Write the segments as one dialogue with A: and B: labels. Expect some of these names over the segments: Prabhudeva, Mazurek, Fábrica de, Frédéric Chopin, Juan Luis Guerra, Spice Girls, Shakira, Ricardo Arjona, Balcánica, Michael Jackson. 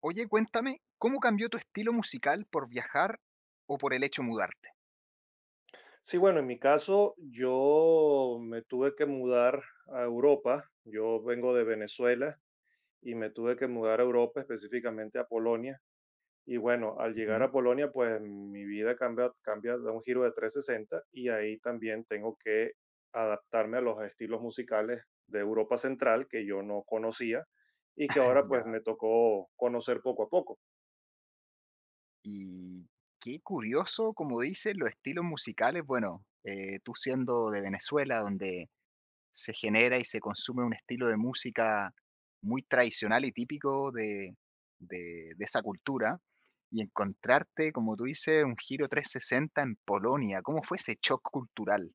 A: Oye, cuéntame, ¿cómo cambió tu estilo musical por viajar o por el hecho de mudarte?
B: Sí, bueno, en mi caso, yo me tuve que mudar a Europa. Yo vengo de Venezuela y me tuve que mudar a Europa, específicamente a Polonia. Y bueno, al llegar
A: Ujú.
B: a Polonia, pues mi vida cambia, da un giro de 360 y ahí también tengo que adaptarme a los estilos musicales de Europa Central que yo no conocía y que ahora pues
A: Ya.
B: me tocó conocer poco a poco.
A: Y qué curioso, como dices, los estilos musicales. Bueno, tú siendo de Venezuela, donde se genera y se consume un estilo de música muy tradicional y típico de esa cultura, y encontrarte, como tú dices, un giro 360 en Polonia. ¿Cómo fue ese shock cultural?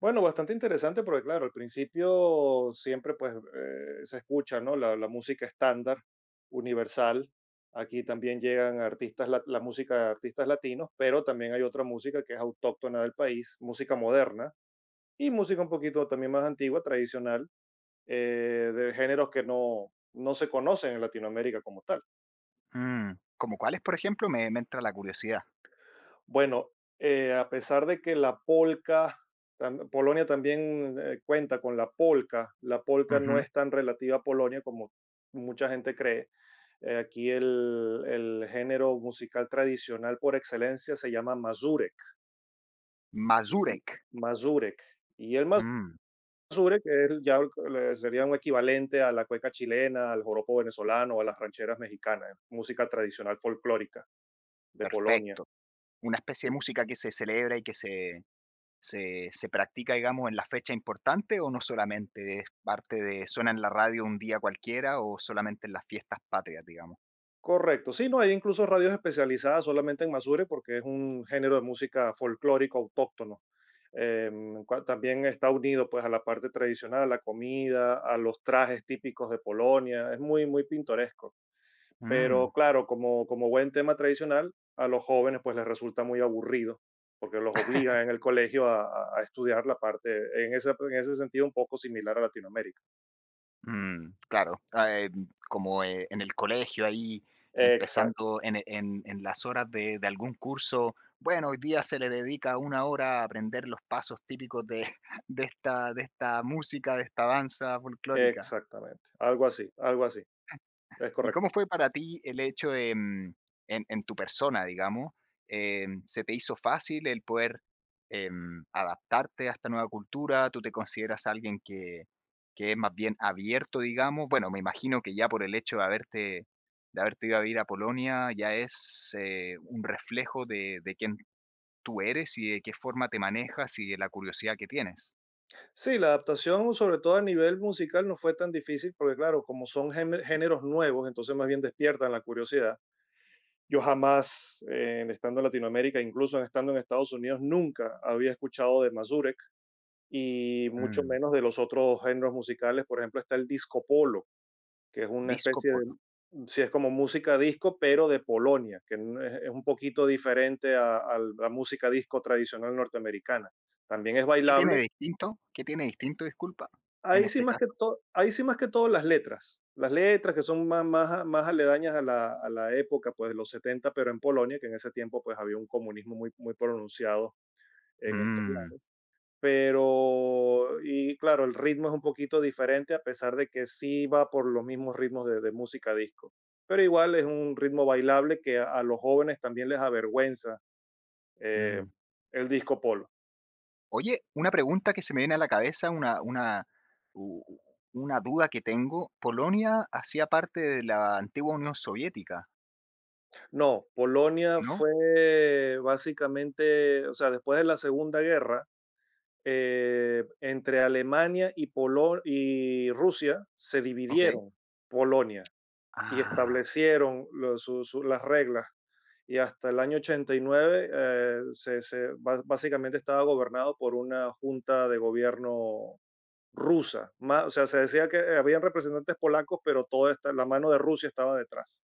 B: Bueno, bastante interesante porque, claro, al principio siempre pues se escucha, ¿no? La música estándar, universal. Aquí también llegan artistas, música de artistas latinos, pero también hay otra música que es autóctona del país, música moderna y música un poquito también más antigua, tradicional, de géneros que no se conocen en Latinoamérica como tal.
A: Mm, ¿Como cuáles, por ejemplo? Me entra la curiosidad.
B: Bueno, a pesar de que la polca, Polonia también cuenta con la polca no es tan relativa a Polonia como mucha gente cree. Aquí el género musical tradicional por excelencia se llama mazurek. y-
A: Mazurek,
B: Mazurek. Y el
A: mm,
B: mazurek es ya sería un equivalente a la cueca chilena, al joropo venezolano, a las rancheras mexicanas, música tradicional folclórica de Polonia.
A: perfecto. Una especie de música que se celebra y que se practica, digamos, en la fecha importante, ¿o no solamente es parte de suena en la radio un día cualquiera o solamente en las fiestas patrias, digamos?
B: Correcto, sí, no, hay incluso radios especializadas solamente en Masure porque es un género de música folclórico autóctono. También está unido pues a la parte tradicional, a la comida, a los trajes típicos de Polonia, es muy, muy pintoresco.
A: Mm,
B: Pero claro, como buen tema tradicional, a los jóvenes pues les resulta muy aburrido porque los obligan en el colegio a estudiar la parte, en ese sentido un poco similar a Latinoamérica.
A: mm, claro, ah, como, en el colegio ahí
B: Exacto,
A: empezando en en las horas de algún curso. Bueno, hoy día se le dedica una hora a aprender los pasos típicos de de esta música, de esta danza folclórica.
B: exactamente, algo así, es
A: ¿Y
B: correcto.
A: cómo fue para ti el hecho de, en tu persona, digamos, se te hizo fácil el poder adaptarte a esta nueva cultura? ¿Tú te consideras alguien que es más bien abierto, digamos? Bueno, me imagino que ya por el hecho de haberte ido a vivir a Polonia, ya es un reflejo de quién tú eres y de qué forma te manejas y de la curiosidad que tienes.
B: Sí, la adaptación, sobre todo a nivel musical, no fue tan difícil porque, claro, como son géneros nuevos, entonces más bien despiertan la curiosidad. Yo jamás, estando en Latinoamérica, incluso estando en Estados Unidos, nunca había escuchado de Mazurek y mucho
A: Mm,
B: menos de los otros géneros musicales. Por ejemplo, está el disco polo, que es una
A: disco
B: especie de,
A: polo.
B: sí es como música disco, pero de Polonia, que es un poquito diferente a la música disco tradicional norteamericana. También es
A: ¿Qué tiene
B: bailable.
A: de distinto? ¿Qué tiene de distinto, disculpa, en
B: Ahí sí
A: este
B: más que
A: caso?
B: todo, ahí sí más que todo las letras. Las letras que son más, más aledañas a a la época pues, de los 70 pero en Polonia, que en ese tiempo pues, había un comunismo muy, muy pronunciado en estos
A: Mm.
B: lados. Pero, y claro, el ritmo es un poquito diferente, a pesar de que sí va por los mismos ritmos de música disco. Pero igual es un ritmo bailable que a los jóvenes también les avergüenza eh,
A: Mm.
B: el disco polo.
A: Oye, una pregunta que se me viene a la cabeza, u- u- una duda que tengo. Polonia hacía parte de la antigua Unión Soviética,
B: No, Polonia
A: ¿no?
B: fue básicamente, o sea, después de la Segunda Guerra, entre Alemania y, y Rusia se
A: Ok.
B: dividieron Polonia y
A: Ah,
B: establecieron las reglas. Y hasta el año 89 básicamente estaba gobernado por una junta de gobierno rusa. O sea, se decía que habían representantes polacos, pero toda esta, la mano de Rusia estaba detrás.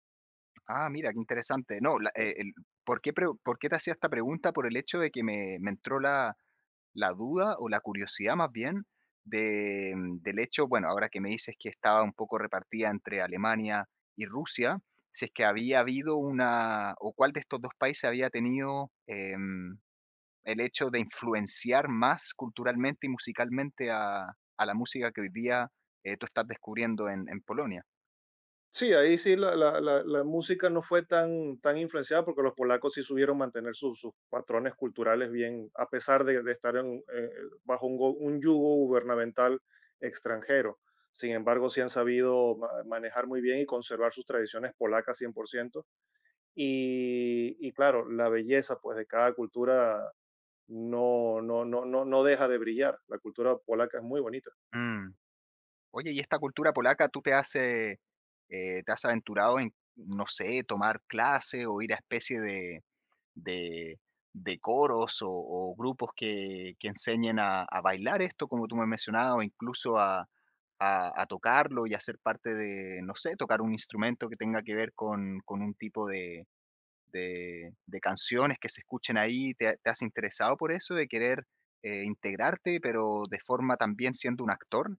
A: ah, mira, qué interesante. No, por qué te hacía esta pregunta? Por el hecho de que me entró la, la duda o la curiosidad más bien de, mm, del hecho, bueno, ahora que me dices que estaba un poco repartida entre Alemania y Rusia, si es que había habido una, o cuál de estos dos países había tenido el hecho de influenciar más culturalmente y musicalmente a la música que hoy día tú estás descubriendo en Polonia.
B: Sí, ahí sí la música no fue tan, tan influenciada porque los polacos sí supieron mantener sus patrones culturales bien, a pesar de estar en, bajo un yugo gubernamental extranjero. Sin embargo, sí han sabido manejar muy bien y conservar sus tradiciones polacas 100%. Y claro, la belleza pues, de cada cultura no deja de brillar. La cultura polaca es muy bonita.
A: Mm. Oye, ¿y esta cultura polaca tú te has aventurado en, no sé, tomar clase o ir a especie de, de coros o grupos que enseñen a bailar esto, como tú me mencionabas, o incluso a tocarlo y hacer parte de, no sé, tocar un instrumento que tenga que ver con un tipo de, de canciones que se escuchen ahí? ¿Te, te has interesado por eso, de querer integrarte, pero de forma también siendo un actor?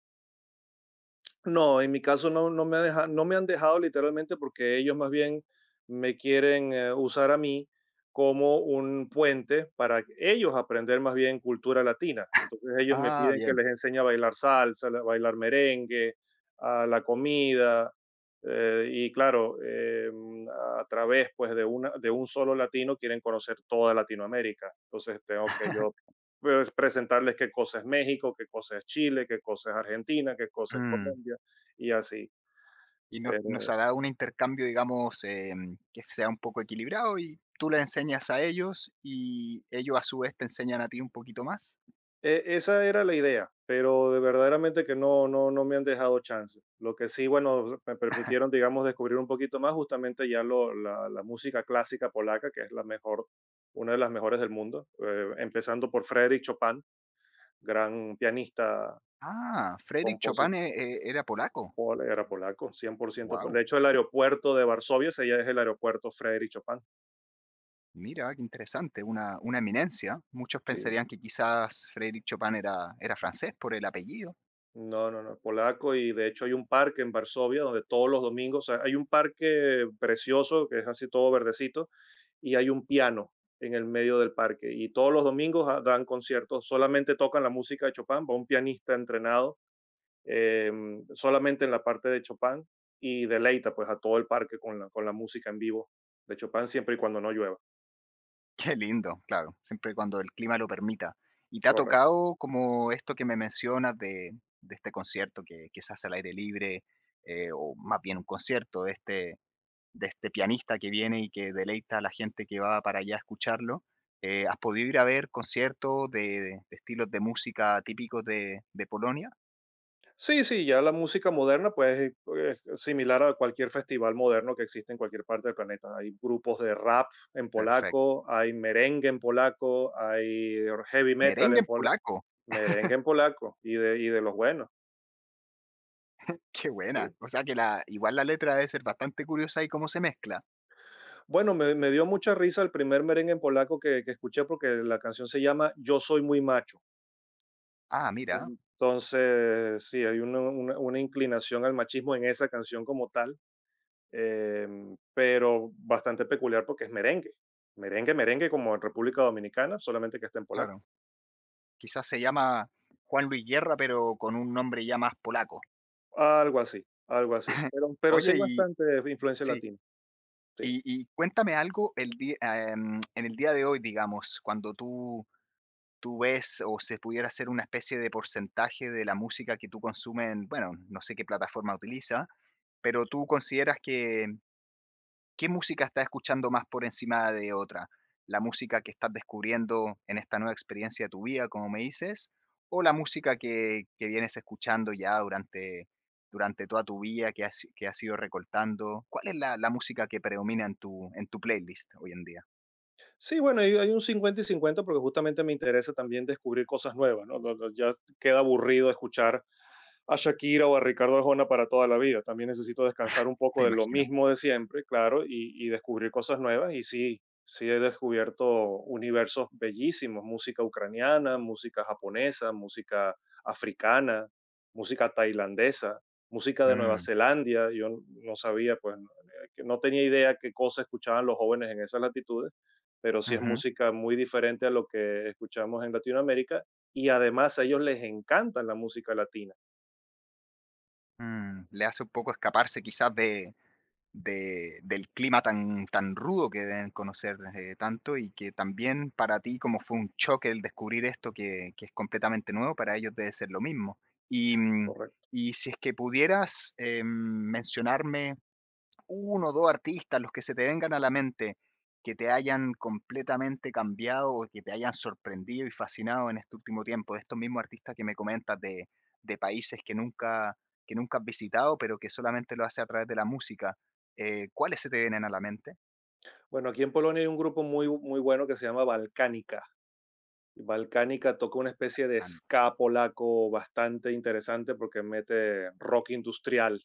B: No, en mi caso no me ha no me han dejado literalmente porque ellos más bien me quieren usar a mí como un puente para que ellos aprender más bien cultura latina. Entonces ellos me
A: Ah,
B: piden que
A: bien.
B: les enseñe a bailar salsa, a bailar merengue, a la comida. Y claro, a través pues de un solo latino quieren conocer toda Latinoamérica. Entonces tengo que yo pues, presentarles qué cosa es México, qué cosa es Chile, qué cosa es Argentina, qué cosa es Colombia y así.
A: Y nos ha
B: Pero
A: dado un intercambio, digamos, que sea un poco equilibrado y tú le enseñas a ellos y ellos a su vez te enseñan a ti un poquito más.
B: esa era la idea, pero de verdaderamente que no me han dejado chance. Lo que sí, bueno, me permitieron, digamos, descubrir un poquito más justamente ya la música clásica polaca, que es la mejor, una de las mejores del mundo, empezando por Frédéric Chopin, gran pianista,
A: Ah, Frédéric
B: compositor,
A: Chopin era polaco.
B: era polaco, cien por ciento
A: Wow,
B: De hecho, el aeropuerto de Varsovia es el aeropuerto Frédéric Chopin.
A: mira, qué interesante, una eminencia. Muchos
B: Sí,
A: pensarían que quizás Frédéric Chopin era, era francés por el apellido.
B: No, polaco y de hecho hay un parque en Varsovia donde todos los domingos, o sea, hay un parque precioso que es así todo verdecito y hay un piano en el medio del parque y todos los domingos ah, dan conciertos, solamente tocan la música de Chopin, va un pianista entrenado solamente en la parte de Chopin y deleita pues a todo el parque con con la música en vivo de Chopin siempre y cuando no llueva,
A: Qué lindo, claro, siempre cuando el clima lo permita. ¿Y te ha
B: correcto.
A: tocado como esto que me mencionas de este concierto que se hace al aire libre, o más bien un concierto, este, de este pianista que viene y que deleita a la gente que va para allá a escucharlo. ¿Has podido ir a ver conciertos de, de estilos de música típicos de Polonia?
B: Sí, sí, ya la música moderna pues es similar a cualquier festival moderno que existe en cualquier parte del planeta. Hay grupos de rap en
A: Perfecto.
B: polaco, hay merengue en polaco, hay heavy metal
A: Merengue
B: en
A: en
B: polaco,
A: polaco.
B: merengue en polaco y de los buenos.
A: Qué buena.
B: Sí.
A: O sea que la, igual la letra debe ser bastante curiosa y cómo se mezcla.
B: Bueno, me dio mucha risa el primer merengue en polaco que escuché porque la canción se llama Yo soy muy macho.
A: Ah, mira,
B: Entonces, sí, hay una inclinación al machismo en esa canción como tal pero bastante peculiar porque es merengue. Merengue, merengue como en República Dominicana, solamente que está en polaco.
A: claro. Quizás se llama Juan Luis Guerra, pero con un nombre ya más polaco.
B: Algo así, algo así. Pero sí hay
A: Oye, y
B: bastante influencia
A: sí,
B: latina. Sí.
A: y cuéntame algo el día, en el día de hoy, digamos, cuando tú ves o se pudiera hacer una especie de porcentaje de la música que tú consumes en, bueno, no sé qué plataforma utiliza, pero tú consideras que qué música estás escuchando más por encima de otra, la música que estás descubriendo en esta nueva experiencia de tu vida, como me dices, o la música que vienes escuchando ya durante, durante toda tu vida, que has ido recortando. ¿Cuál es la, la música que predomina en tu playlist hoy en día?
B: Sí, bueno, hay un 50 y 50 porque justamente me interesa también descubrir cosas nuevas, ¿no? Ya queda aburrido escuchar a Shakira o a Ricardo Arjona para toda la vida. También necesito descansar un poco
A: Me
B: de lo
A: imagino.
B: mismo de siempre, claro, y descubrir cosas nuevas. Y sí, sí he descubierto universos bellísimos, música ucraniana, música japonesa, música africana, música tailandesa, música de Nueva
A: Mm,
B: Zelanda. Yo no sabía, pues, que no tenía idea qué cosas escuchaban los jóvenes en esas latitudes pero sí es música muy diferente a lo que escuchamos en Latinoamérica y además a ellos les encanta la música latina.
A: Mm, le hace un poco escaparse quizás de, del clima tan, tan rudo que deben conocer tanto y que también para ti como fue un choque el descubrir esto que es completamente nuevo, para ellos debe ser lo mismo. Y, mm,
B: Correcto.
A: y si es que pudieras mencionarme uno o dos artistas, los que se te vengan a la mente, que te hayan completamente cambiado o que te hayan sorprendido y fascinado en este último tiempo, de estos mismos artistas que me comentas de países que nunca has visitado, pero que solamente lo hace a través de la música. ¿Cuáles se te vienen a la mente?
B: Bueno, aquí en Polonia hay un grupo muy, muy bueno que se llama Balcánica. Balcánica toca una especie de
A: Balcán.
B: ska polaco bastante interesante porque mete rock industrial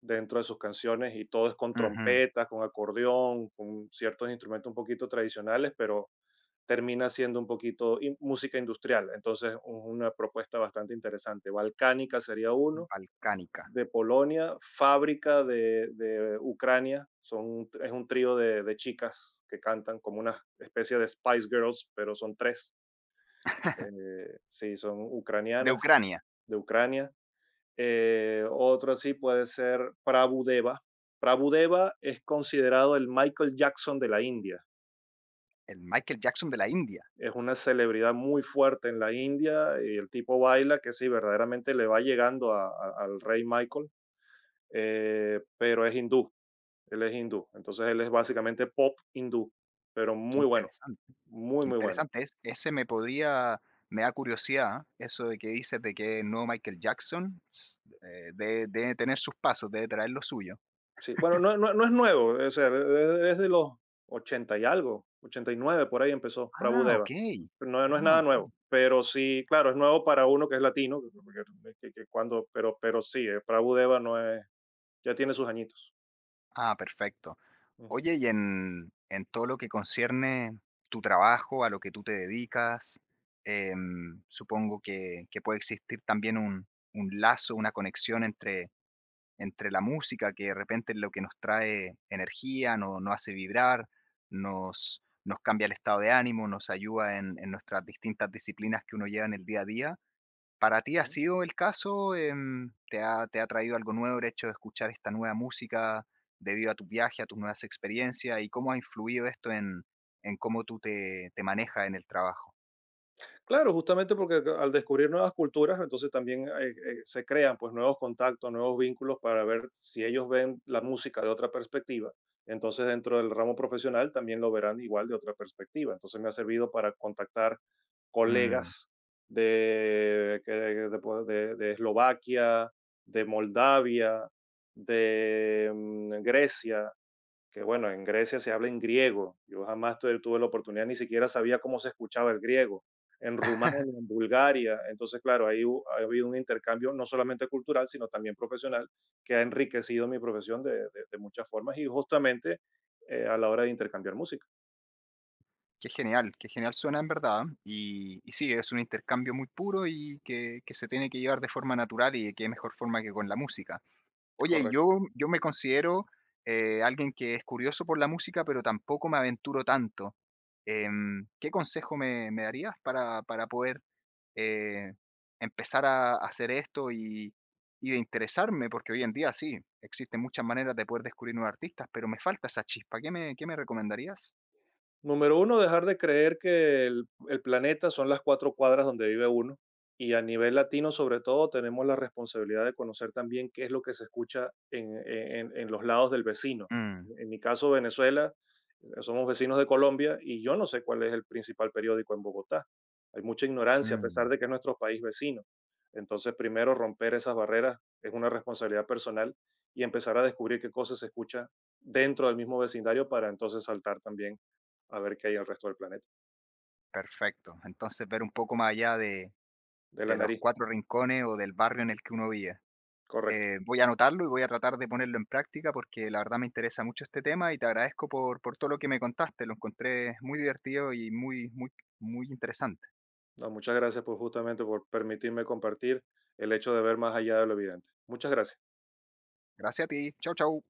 B: dentro de sus canciones y todo es con
A: Ujú,
B: trompetas, con acordeón, con ciertos instrumentos un poquito tradicionales, pero termina siendo un poquito música industrial. Entonces, una propuesta bastante interesante. Balcánica sería uno.
A: Balcánica.
B: De Polonia, Fábrica de Ucrania, es un trío de chicas que cantan como una especie de Spice Girls, pero son tres. Sí, son
A: De
B: ucranianas
A: Ucrania,
B: de Ucrania. Otro sí puede ser Prabhudeva. Prabhudeva es considerado el Michael Jackson de la India.
A: el Michael Jackson de la India.
B: Es una celebridad muy fuerte en la India y el tipo baila que sí, verdaderamente le va llegando al rey Michael, pero es hindú. Él es hindú, entonces él es básicamente pop hindú, pero
A: Qué
B: muy bueno,
A: interesante.
B: muy,
A: Qué
B: muy bueno.
A: interesante es. Ese me podría me da curiosidad, eso de que dices de que no Michael Jackson, s debe tener sus pasos, debe traer lo suyo.
B: Sí, bueno, no es nuevo, o sea, es de los 80 y algo, 89 por ahí empezó
A: Ah,
B: Prabhudeva.
A: okey.
B: No, no es
A: Ah,
B: nada nuevo,
A: okey.
B: pero sí, claro, es nuevo para uno que es latino, pero sí, Prabhudeva no es, ya tiene sus añitos.
A: Ah, perfecto.
B: Ujú.
A: Oye, y en todo lo que concierne tu trabajo, a lo que tú te dedicas, supongo que puede existir también un lazo, una conexión entre la música, que de repente es lo que nos trae energía, nos hace vibrar, nos, nos cambia el estado de ánimo, nos ayuda en nuestras distintas disciplinas que uno lleva en el día a día. ¿Para ti ha sido el caso? Te ha traído algo nuevo el hecho de escuchar esta nueva música debido a tu viaje, a tus nuevas experiencias? ¿Y cómo ha influido esto en cómo tú te, te manejas en el trabajo?
B: Claro, justamente porque al descubrir nuevas culturas, entonces también se crean pues nuevos contactos, nuevos vínculos para ver si ellos ven la música de otra perspectiva. Entonces dentro del ramo profesional también lo verán igual de otra perspectiva. Entonces me ha servido para contactar
A: Mm,
B: colegas de Eslovaquia, de Moldavia, de Grecia, que bueno, en Grecia se habla en griego. Yo jamás tuve la oportunidad, ni siquiera sabía cómo se escuchaba el griego. En Rumania, en Bulgaria. Entonces, claro, ahí ha habido un intercambio no solamente cultural, sino también profesional, que ha enriquecido mi profesión de muchas formas y justamente a la hora de intercambiar música.
A: qué genial, qué genial suena en verdad. Y sí, es un intercambio muy puro y que se tiene que llevar de forma natural y de qué mejor forma que con la música. Oye, y
B: Correcto.
A: yo me considero alguien que es curioso por la música, pero tampoco me aventuro tanto. ¿Qué consejo me darías para poder eh, empezar a, hacer esto y de interesarme? Porque hoy en día sí, existen muchas maneras de poder descubrir nuevos artistas, pero me falta esa chispa. Qué me recomendarías?
B: Número uno, dejar de creer que el planeta son las cuatro cuadras donde vive uno. Y a nivel latino, sobre todo, tenemos la responsabilidad de conocer también qué es lo que se escucha en los lados del vecino.
A: Mm,
B: En mi caso, Venezuela, somos vecinos de Colombia y yo no sé cuál es el principal periódico en Bogotá. Hay mucha ignorancia, a pesar
A: mm.
B: de que es nuestro país vecino. Entonces, primero, romper esas barreras es una responsabilidad personal y empezar a descubrir qué cosas se escucha dentro del mismo vecindario para entonces saltar también a ver qué hay en el resto del planeta.
A: Perfecto. Entonces, ver un poco más allá
B: De la
A: de los
B: nariz,
A: cuatro rincones o del barrio en el que uno vive.
B: correcto.
A: Voy a anotarlo y voy a tratar de ponerlo en práctica porque la verdad me interesa mucho este tema y te agradezco por todo lo que me contaste. Lo encontré muy divertido y muy, muy, muy interesante.
B: No, muchas gracias por justamente por permitirme compartir el hecho de ver más allá de lo evidente. Muchas gracias.
A: Gracias a ti. Chau, chau.